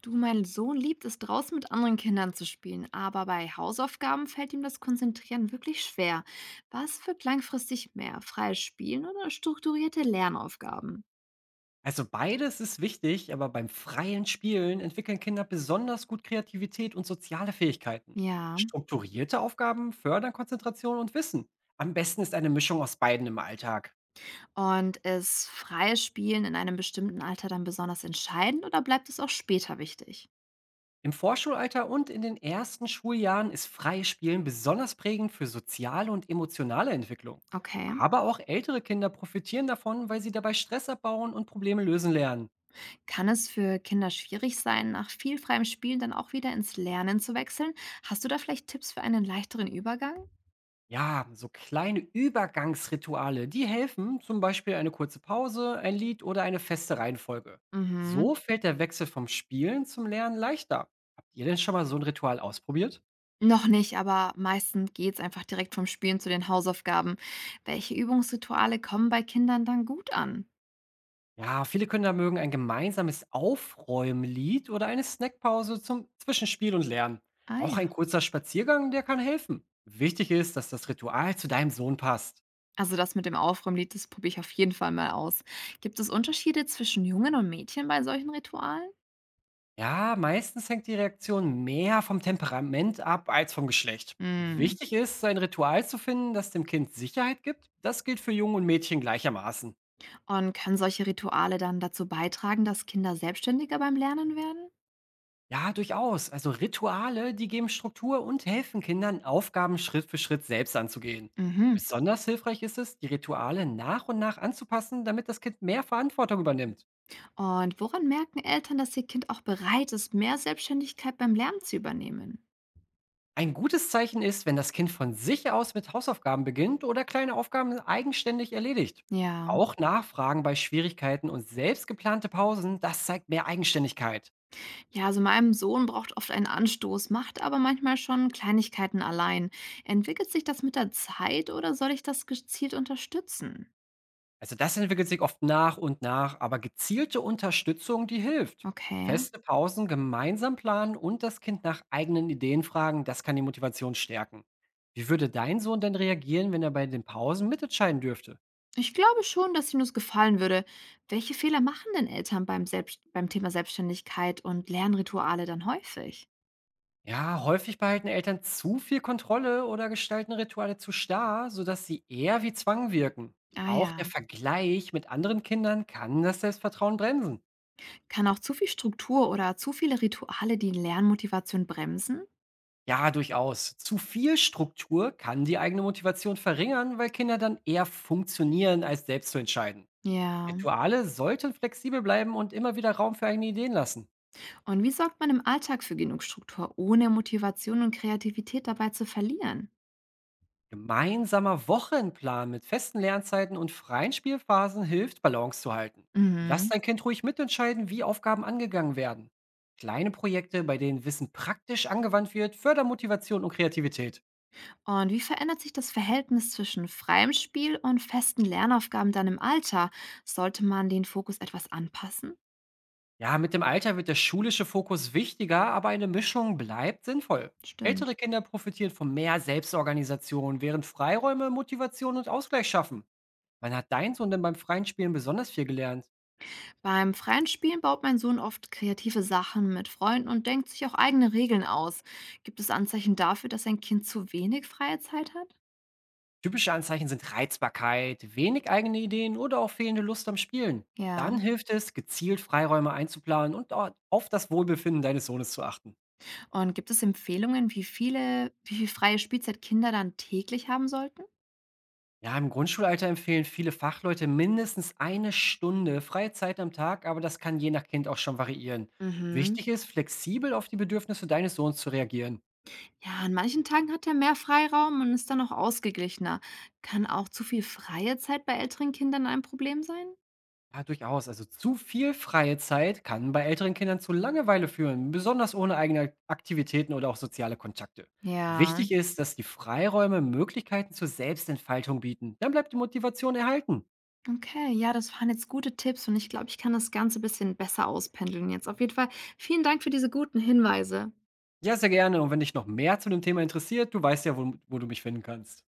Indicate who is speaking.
Speaker 1: Du, mein Sohn liebt es, draußen mit anderen Kindern zu spielen, aber bei Hausaufgaben fällt ihm das Konzentrieren wirklich schwer. Was wirkt langfristig mehr? Freies Spielen oder strukturierte Lernaufgaben?
Speaker 2: Also beides ist wichtig, aber beim freien Spielen entwickeln Kinder besonders gut Kreativität und soziale Fähigkeiten.
Speaker 1: Ja.
Speaker 2: Strukturierte Aufgaben fördern Konzentration und Wissen. Am besten ist eine Mischung aus beiden im Alltag.
Speaker 1: Und ist freies Spielen in einem bestimmten Alter dann besonders entscheidend oder bleibt es auch später wichtig?
Speaker 2: Im Vorschulalter und in den ersten Schuljahren ist freies Spielen besonders prägend für soziale und emotionale Entwicklung.
Speaker 1: Okay.
Speaker 2: Aber auch ältere Kinder profitieren davon, weil sie dabei Stress abbauen und Probleme lösen lernen.
Speaker 1: Kann es für Kinder schwierig sein, nach viel freiem Spielen dann auch wieder ins Lernen zu wechseln? Hast du da vielleicht Tipps für einen leichteren Übergang?
Speaker 2: Ja, so kleine Übergangsrituale, die helfen, zum Beispiel eine kurze Pause, ein Lied oder eine feste Reihenfolge.
Speaker 1: Mhm.
Speaker 2: So fällt der Wechsel vom Spielen zum Lernen leichter. Habt ihr denn schon mal so ein Ritual ausprobiert?
Speaker 1: Noch nicht, aber meistens geht's einfach direkt vom Spielen zu den Hausaufgaben. Welche Übungsrituale kommen bei Kindern dann gut an?
Speaker 2: Ja, viele können da mögen ein gemeinsames Aufräumlied oder eine Snackpause zum Zwischenspiel und Lernen.
Speaker 1: Ah
Speaker 2: Auch
Speaker 1: ja.
Speaker 2: ein kurzer Spaziergang, der kann helfen. Wichtig ist, dass das Ritual zu deinem Sohn passt.
Speaker 1: Also das mit dem Aufräumlied, das probiere ich auf jeden Fall mal aus. Gibt es Unterschiede zwischen Jungen und Mädchen bei solchen Ritualen?
Speaker 2: Ja, meistens hängt die Reaktion mehr vom Temperament ab als vom Geschlecht.
Speaker 1: Hm.
Speaker 2: Wichtig ist, ein Ritual zu finden, das dem Kind Sicherheit gibt. Das gilt für Jungen und Mädchen gleichermaßen.
Speaker 1: Und können solche Rituale dann dazu beitragen, dass Kinder selbstständiger beim Lernen werden?
Speaker 2: Ja, durchaus. Also Rituale, die geben Struktur und helfen Kindern, Aufgaben Schritt für Schritt selbst anzugehen.
Speaker 1: Mhm.
Speaker 2: Besonders hilfreich ist es, die Rituale nach und nach anzupassen, damit das Kind mehr Verantwortung übernimmt.
Speaker 1: Und woran merken Eltern, dass ihr Kind auch bereit ist, mehr Selbstständigkeit beim Lernen zu übernehmen?
Speaker 2: Ein gutes Zeichen ist, wenn das Kind von sich aus mit Hausaufgaben beginnt oder kleine Aufgaben eigenständig erledigt.
Speaker 1: Ja.
Speaker 2: Auch Nachfragen bei Schwierigkeiten und selbst geplante Pausen, das zeigt mehr Eigenständigkeit.
Speaker 1: Ja, also meinem Sohn braucht oft einen Anstoß, macht aber manchmal schon Kleinigkeiten allein. Entwickelt sich das mit der Zeit oder soll ich das gezielt unterstützen?
Speaker 2: Also das entwickelt sich oft nach und nach, aber gezielte Unterstützung, die hilft.
Speaker 1: Okay.
Speaker 2: Feste Pausen gemeinsam planen und das Kind nach eigenen Ideen fragen, das kann die Motivation stärken. Wie würde dein Sohn denn reagieren, wenn er bei den Pausen mitentscheiden dürfte?
Speaker 1: Ich glaube schon, dass ihm das gefallen würde. Welche Fehler machen denn Eltern beim, selbst beim Thema Selbstständigkeit und Lernrituale dann häufig?
Speaker 2: Ja, häufig behalten Eltern zu viel Kontrolle oder gestalten Rituale zu starr, sodass sie eher wie Zwang wirken.
Speaker 1: Ah
Speaker 2: Auch der
Speaker 1: ja.
Speaker 2: Vergleich mit anderen Kindern kann das Selbstvertrauen bremsen.
Speaker 1: Kann auch zu viel Struktur oder zu viele Rituale die Lernmotivation bremsen?
Speaker 2: Ja, durchaus. Zu viel Struktur kann die eigene Motivation verringern, weil Kinder dann eher funktionieren, als selbst zu entscheiden.
Speaker 1: Ja.
Speaker 2: Rituale sollten flexibel bleiben und immer wieder Raum für eigene Ideen lassen.
Speaker 1: Und wie sorgt man im Alltag für genug Struktur, ohne Motivation und Kreativität dabei zu verlieren?
Speaker 2: Gemeinsamer Wochenplan mit festen Lernzeiten und freien Spielphasen hilft, Balance zu halten. Lass
Speaker 1: Mhm.
Speaker 2: dein Kind ruhig mitentscheiden, wie Aufgaben angegangen werden. Kleine Projekte, bei denen Wissen praktisch angewandt wird, fördern Motivation und Kreativität.
Speaker 1: Und wie verändert sich das Verhältnis zwischen freiem Spiel und festen Lernaufgaben dann im Alter? Sollte man den Fokus etwas anpassen?
Speaker 2: Ja, mit dem Alter wird der schulische Fokus wichtiger, aber eine Mischung bleibt sinnvoll.
Speaker 1: Stimmt.
Speaker 2: Ältere Kinder profitieren von mehr Selbstorganisation, während Freiräume Motivation und Ausgleich schaffen. Wann hat dein Sohn denn beim freien Spielen besonders viel gelernt?
Speaker 1: Beim freien Spielen baut mein Sohn oft kreative Sachen mit Freunden und denkt sich auch eigene Regeln aus. Gibt es Anzeichen dafür, dass ein Kind zu wenig freie Zeit hat?
Speaker 2: Typische Anzeichen sind Reizbarkeit, wenig eigene Ideen oder auch fehlende Lust am Spielen.
Speaker 1: Ja.
Speaker 2: Dann hilft es, gezielt Freiräume einzuplanen und auf das Wohlbefinden deines Sohnes zu achten.
Speaker 1: Und gibt es Empfehlungen, wie viel freie Spielzeit Kinder dann täglich haben sollten?
Speaker 2: Ja, im Grundschulalter empfehlen viele Fachleute mindestens 1 Stunde freie Zeit am Tag, aber das kann je nach Kind auch schon variieren.
Speaker 1: Mhm.
Speaker 2: Wichtig ist, flexibel auf die Bedürfnisse deines Sohns zu reagieren.
Speaker 1: Ja, an manchen Tagen hat er mehr Freiraum und ist dann auch ausgeglichener. Kann auch zu viel freie Zeit bei älteren Kindern ein Problem sein?
Speaker 2: Ja, durchaus. Also zu viel freie Zeit kann bei älteren Kindern zu Langeweile führen, besonders ohne eigene Aktivitäten oder auch soziale Kontakte.
Speaker 1: Ja.
Speaker 2: Wichtig ist, dass die Freiräume Möglichkeiten zur Selbstentfaltung bieten. Dann bleibt die Motivation erhalten.
Speaker 1: Okay, ja, das waren jetzt gute Tipps und ich glaube, ich kann das Ganze ein bisschen besser auspendeln jetzt. Auf jeden Fall vielen Dank für diese guten Hinweise.
Speaker 2: Ja, sehr gerne. Und wenn dich noch mehr zu dem Thema interessiert, du weißt ja, wo du mich finden kannst.